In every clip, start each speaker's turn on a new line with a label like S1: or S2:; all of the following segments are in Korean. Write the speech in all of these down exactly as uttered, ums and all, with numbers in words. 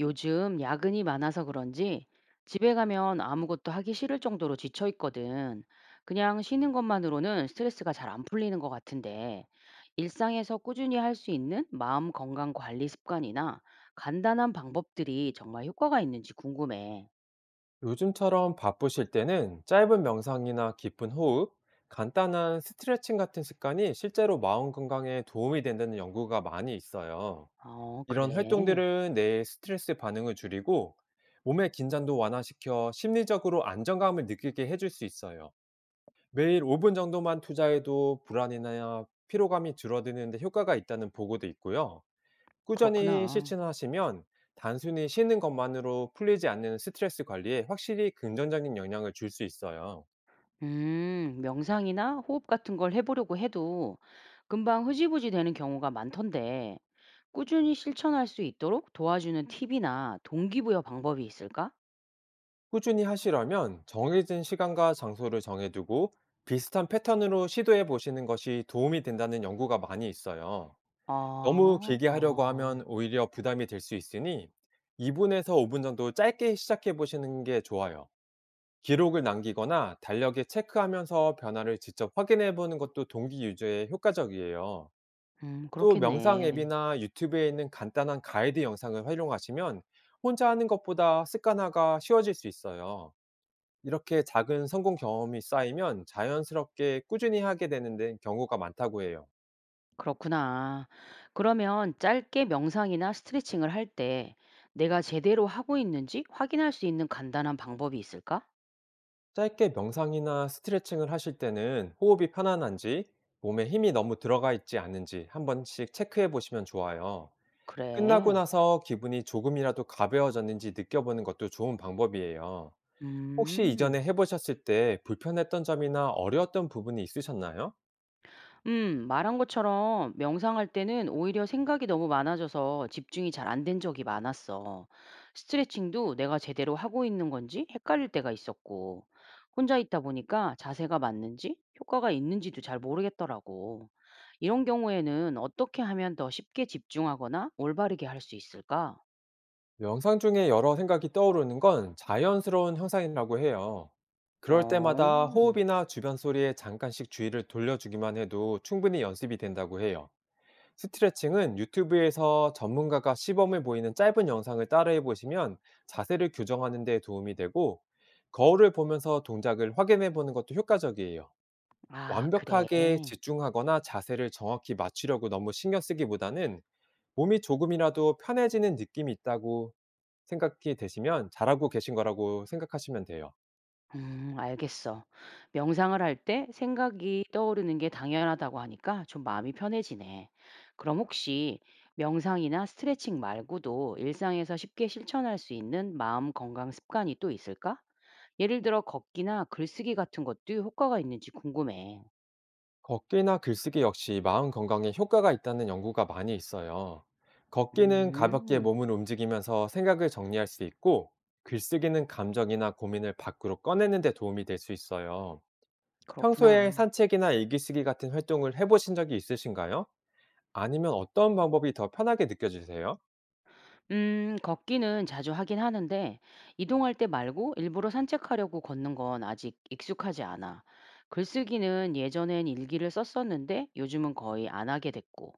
S1: 요즘 야근이 많아서 그런지 집에 가면 아무것도 하기 싫을 정도로 지쳐 있거든. 그냥 쉬는 것만으로는 스트레스가 잘 안 풀리는 것 같은데, 일상에서 꾸준히 할 수 있는 마음 건강 관리 습관이나 간단한 방법들이 정말 효과가 있는지 궁금해.
S2: 요즘처럼 바쁘실 때는 짧은 명상이나 깊은 호흡, 간단한 스트레칭 같은 습관이 실제로 마음 건강에 도움이 된다는 연구가 많이 있어요.
S1: 어,
S2: 이런
S1: 그래.
S2: 활동들은 뇌의 스트레스 반응을 줄이고 몸의 긴장도 완화시켜 심리적으로 안정감을 느끼게 해줄 수 있어요. 매일 오 분 정도만 투자해도 불안이나 피로감이 줄어드는데 효과가 있다는 보고도 있고요. 꾸준히
S1: 그렇구나.
S2: 실천하시면 단순히 쉬는 것만으로 풀리지 않는 스트레스 관리에 확실히 긍정적인 영향을 줄 수 있어요.
S1: 음, 명상이나 호흡 같은 걸 해보려고 해도 금방 흐지부지 되는 경우가 많던데, 꾸준히 실천할 수 있도록 도와주는 팁이나 동기부여 방법이 있을까?
S2: 꾸준히 하시려면 정해진 시간과 장소를 정해두고 비슷한 패턴으로 시도해 보시는 것이 도움이 된다는 연구가 많이 있어요. 너무
S1: 아,
S2: 길게 하려고
S1: 아,
S2: 하면 오히려 부담이 될 수 있으니 이 분에서 오 분 정도 짧게 시작해 보시는 게 좋아요. 기록을 남기거나 달력에 체크하면서 변화를 직접 확인해 보는 것도 동기 유지에 효과적이에요.
S1: 음,
S2: 또 명상
S1: 그렇겠네.
S2: 앱이나 유튜브에 있는 간단한 가이드 영상을 활용하시면 혼자 하는 것보다 습관화가 쉬워질 수 있어요. 이렇게 작은 성공 경험이 쌓이면 자연스럽게 꾸준히 하게 되는 데 경우가 많다고 해요.
S1: 그렇구나. 그러면 짧게 명상이나 스트레칭을 할 때 내가 제대로 하고 있는지 확인할 수 있는 간단한 방법이 있을까?
S2: 짧게 명상이나 스트레칭을 하실 때는 호흡이 편안한지 몸에 힘이 너무 들어가 있지 않은지 한 번씩 체크해 보시면 좋아요. 끝나고
S1: 그래.
S2: 나서 기분이 조금이라도 가벼워졌는지 느껴보는 것도 좋은 방법이에요. 혹시 이전에
S1: 음.
S2: 해 보셨을 때 불편했던 점이나 어려웠던 부분이 있으셨나요?
S1: 음, 말한 것처럼 명상할 때는 오히려 생각이 너무 많아져서 집중이 잘 안 된 적이 많았어. 스트레칭도 내가 제대로 하고 있는 건지 헷갈릴 때가 있었고, 혼자 있다 보니까 자세가 맞는지 효과가 있는지도 잘 모르겠더라고. 이런 경우에는 어떻게 하면 더 쉽게 집중하거나 올바르게 할 수 있을까?
S2: 명상 중에 여러 생각이 떠오르는 건 자연스러운 현상이라고 해요. 그럴 때마다
S1: 어, 음.
S2: 호흡이나 주변 소리에 잠깐씩 주의를 돌려주기만 해도 충분히 연습이 된다고 해요. 스트레칭은 유튜브에서 전문가가 시범을 보이는 짧은 영상을 따라해 보시면 자세를 교정하는 데 도움이 되고, 거울을 보면서 동작을 확인해 보는 것도 효과적이에요.
S1: 아, 그래.
S2: 완벽하게 집중하거나 자세를 정확히 맞추려고 너무 신경 쓰기보다는 몸이 조금이라도 편해지는 느낌이 있다고 생각이 되시면 잘하고 계신 거라고 생각하시면 돼요.
S1: 음, 알겠어. 명상을 할 때 생각이 떠오르는 게 당연하다고 하니까 좀 마음이 편해지네. 그럼 혹시 명상이나 스트레칭 말고도 일상에서 쉽게 실천할 수 있는 마음 건강 습관이 또 있을까? 예를 들어 걷기나 글쓰기 같은 것도 효과가 있는지 궁금해.
S2: 걷기나 글쓰기 역시 마음 건강에 효과가 있다는 연구가 많이 있어요. 걷기는 가볍게
S1: 음,
S2: 몸을 움직이면서 생각을 정리할 수 있고, 글쓰기는 감정이나 고민을 밖으로 꺼내는 데 도움이 될 수 있어요. 평소에
S1: 그렇구나.
S2: 산책이나 일기쓰기 같은 활동을 해보신 적이 있으신가요? 아니면 어떤 방법이 더 편하게 느껴지세요?
S1: 음, 걷기는 자주 하긴 하는데, 이동할 때 말고 일부러 산책하려고 걷는 건 아직 익숙하지 않아. 글쓰기는 예전엔 일기를 썼었는데, 요즘은 거의 안 하게 됐고,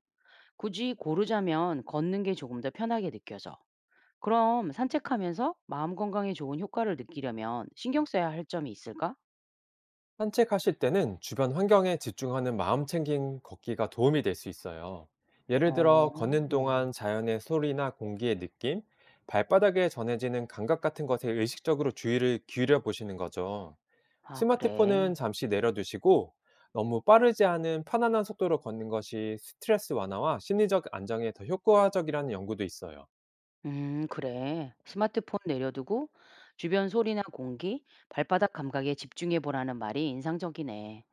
S1: 굳이 고르자면 걷는 게 조금 더 편하게 느껴져. 그럼 산책하면서 마음 건강에 좋은 효과를 느끼려면 신경 써야 할 점이 있을까?
S2: 산책하실 때는 주변 환경에 집중하는 마음 챙김 걷기가 도움이 될 수 있어요. 예를
S1: 어,
S2: 들어, 걷는
S1: 음.
S2: 동안 자연의 소리나 공기의 느낌, 발바닥에 전해지는 감각 같은 것에 의식적으로 주의를 기울여 보시는 거죠.
S1: 아, 그래.
S2: 스마트폰은 잠시 내려두시고, 너무 빠르지 않은 편안한 속도로 걷는 것이 스트레스 완화와 심리적 안정에 더 효과적이라는 연구도 있어요.
S1: 음, 그래. 스마트폰 내려두고 주변 소리나 공기, 발바닥 감각에 집중해 보라는 말이 인상적이네.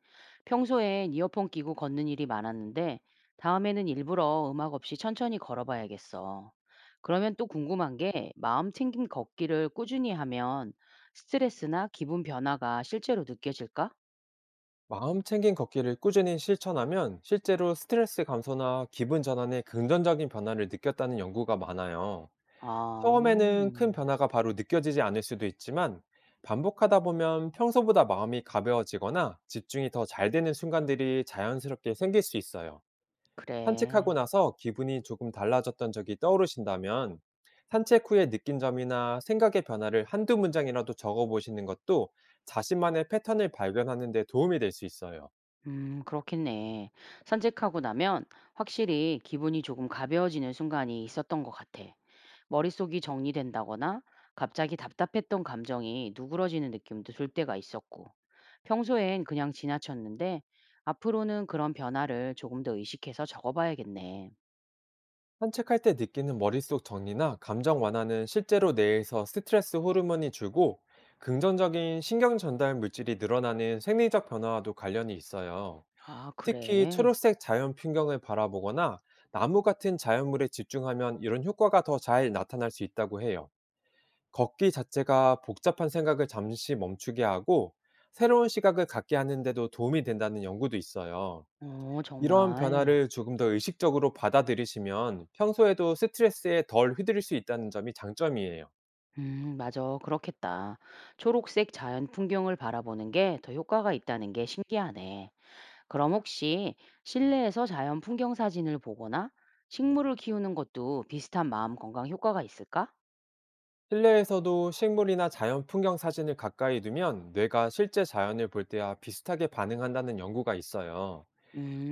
S1: 평소엔 이어폰 끼고 걷는 일이 많았는데 다음에는 일부러 음악 없이 천천히 걸어봐야겠어. 그러면 또 궁금한 게 마음 챙김 걷기를 꾸준히 하면 스트레스나 기분 변화가 실제로 느껴질까?
S2: 마음 챙긴 걷기를 꾸준히 실천하면 실제로 스트레스 감소나 기분 전환에 긍정적인 변화를 느꼈다는 연구가 많아요.
S1: 아,
S2: 처음에는 큰
S1: 음,
S2: 변화가 바로 느껴지지 않을 수도 있지만 반복하다 보면 평소보다 마음이 가벼워지거나 집중이 더 잘 되는 순간들이 자연스럽게 생길 수 있어요. 산책하고
S1: 그래.
S2: 나서 기분이 조금 달라졌던 적이 떠오르신다면 산책 후에 느낀 점이나 생각의 변화를 한두 문장이라도 적어보시는 것도 자신만의 패턴을 발견하는 데 도움이 될 수 있어요.
S1: 음, 그렇겠네. 산책하고 나면 확실히 기분이 조금 가벼워지는 순간이 있었던 것 같아. 머릿속이 정리된다거나 갑자기 답답했던 감정이 누그러지는 느낌도 들 때가 있었고. 평소엔 그냥 지나쳤는데 앞으로는 그런 변화를 조금 더 의식해서 적어봐야겠네.
S2: 산책할 때 느끼는 머릿속 정리나 감정 완화는 실제로 뇌에서 스트레스 호르몬이 줄고 긍정적인 신경 전달 물질이 늘어나는 생리적 변화와도 관련이 있어요.
S1: 아,
S2: 특히
S1: 그래?
S2: 초록색 자연 풍경을 바라보거나 나무 같은 자연물에 집중하면 이런 효과가 더 잘 나타날 수 있다고 해요. 걷기 자체가 복잡한 생각을 잠시 멈추게 하고 새로운 시각을 갖게 하는데도 도움이 된다는 연구도 있어요.
S1: 어,
S2: 이런
S1: 정말.
S2: 변화를 조금 더 의식적으로 받아들이시면 평소에도 스트레스에 덜 휘둘릴 수 있다는 점이 장점이에요.
S1: 음, 맞아. 그렇겠다. 초록색 자연 풍경을 바라보는 게 더 효과가 있다는 게 신기하네. 그럼 혹시 실내에서 자연 풍경 사진을 보거나 식물을 키우는 것도 비슷한 마음 건강 효과가 있을까?
S2: 실내에서도 식물이나 자연 풍경 사진을 가까이 두면 뇌가 실제 자연을 볼 때와 비슷하게 반응한다는 연구가 있어요.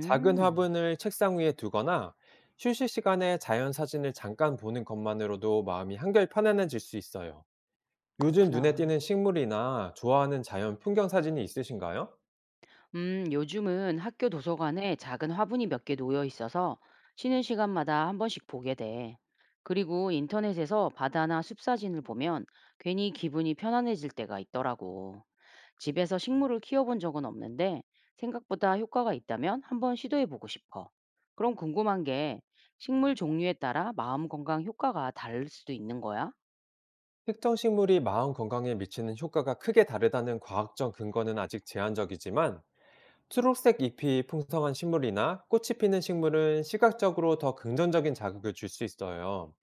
S2: 작은 화분을 책상 위에 두거나 휴식 시간에 자연 사진을 잠깐 보는 것만으로도 마음이 한결 편안해질 수 있어요. 요즘 눈에
S1: 그렇구나.
S2: 띄는 식물이나 좋아하는 자연 풍경 사진이 있으신가요?
S1: 음, 요즘은 학교 도서관에 작은 화분이 몇 개 놓여 있어서 쉬는 시간마다 한 번씩 보게 돼. 그리고 인터넷에서 바다나 숲 사진을 보면 괜히 기분이 편안해질 때가 있더라고. 집에서 식물을 키워본 적은 없는데 생각보다 효과가 있다면 한 번 시도해보고 싶어. 그럼 궁금한 게 식물 종류에 따라 마음 건강 효과가 다를 수도 있는 거야?
S2: 특정 식물이 마음 건강에 미치는 효과가 크게 다르다는 과학적 근거는 아직 제한적이지만 초록색 잎이 풍성한 식물이나 꽃이 피는 식물은 시각적으로 더 긍정적인 자극을 줄 수 있어요.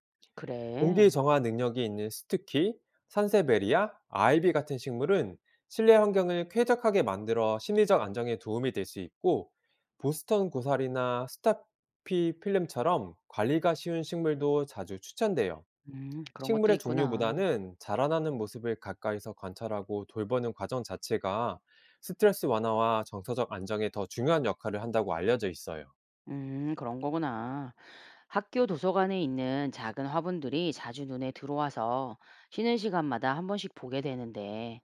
S2: 공기
S1: 그래.
S2: 정화 능력이 있는 스투키, 산세베리아, 아이비 같은 식물은 실내 환경을 쾌적하게 만들어 심리적 안정에 도움이 될 수 있고, 보스턴 고사리나 스타피 필름처럼 관리가 쉬운 식물도 자주 추천돼요.
S1: 음, 그런 것들이
S2: 식물의
S1: 있구나.
S2: 종류보다는 자라나는 모습을 가까이서 관찰하고 돌보는 과정 자체가 스트레스 완화와 정서적 안정에 더 중요한 역할을 한다고 알려져 있어요.
S1: 음, 그런 거구나. 학교 도서관에 있는 작은 화분들이 자주 눈에 들어와서 쉬는 시간마다 한 번씩 보게 되는데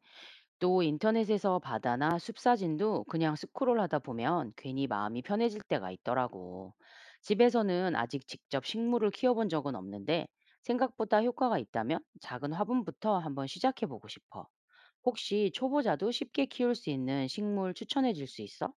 S1: 또 인터넷에서 바다나 숲 사진도 그냥 스크롤하다 보면 괜히 마음이 편해질 때가 있더라고. 집에서는 아직 직접 식물을 키워본 적은 없는데 생각보다 효과가 있다면 작은 화분부터 한번 시작해 보고 싶어. 혹시 초보자도 쉽게 키울 수 있는 식물 추천해 줄 수 있어?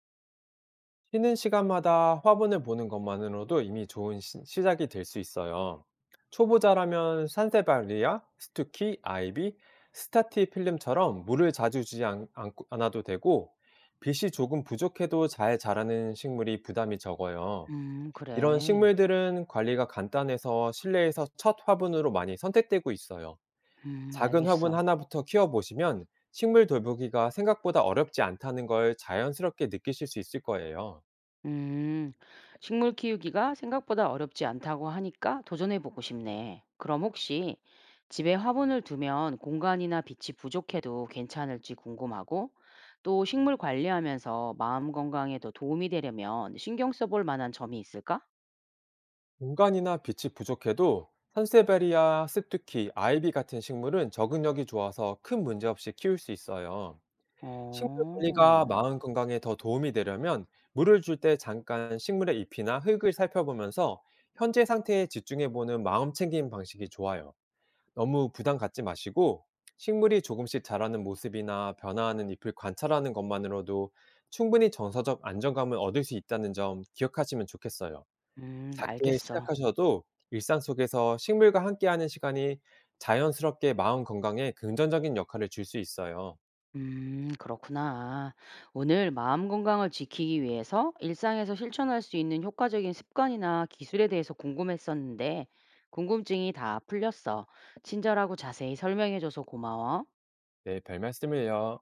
S2: 쉬는 시간마다 화분을 보는 것만으로도 이미 좋은 시, 시작이 될 수 있어요. 초보자라면 산세발리아, 스투키, 아이비, 스타티 필름처럼 물을 자주 주지 않, 않- 않아도 되고 빛이 조금 부족해도 잘 자라는 식물이 부담이 적어요.
S1: 음,
S2: 이런
S1: 그래.
S2: 식물들은 관리가 간단해서 실내에서 첫 화분으로 많이 선택되고 있어요.
S1: 음,
S2: 작은 화분
S1: 알겠어.
S2: 하나부터 키워보시면 식물 돌보기가 생각보다 어렵지 않다는 걸 자연스럽게 느끼실 수 있을 거예요.
S1: 음, 식물 키우기가 생각보다 어렵지 않다고 하니까 도전해 보고 싶네. 그럼 혹시 집에 화분을 두면 공간이나 빛이 부족해도 괜찮을지 궁금하고, 또 식물 관리하면서 마음 건강에 더 도움이 되려면 신경 써볼 만한 점이 있을까?
S2: 공간이나 빛이 부족해도 산세베리아, 스투키, 아이비 같은 식물은 적응력이 좋아서 큰 문제 없이 키울 수 있어요. 식물 관리가
S1: 어,
S2: 마음 건강에 더 도움이 되려면 물을 줄 때 잠깐 식물의 잎이나 흙을 살펴보면서 현재 상태에 집중해보는 마음 챙김 방식이 좋아요. 너무 부담 갖지 마시고 식물이 조금씩 자라는 모습이나 변화하는 잎을 관찰하는 것만으로도 충분히 정서적 안정감을 얻을 수 있다는 점 기억하시면 좋겠어요.
S1: 음,
S2: 작게
S1: 알겠어.
S2: 시작하셔도 일상 속에서 식물과 함께하는 시간이 자연스럽게 마음 건강에 긍정적인 역할을 줄 수 있어요.
S1: 음, 그렇구나. 오늘 마음 건강을 지키기 위해서 일상에서 실천할 수 있는 효과적인 습관이나 기술에 대해서 궁금했었는데, 궁금증이 다 풀렸어. 친절하고 자세히 설명해줘서 고마워.
S2: 네, 별 말씀을요.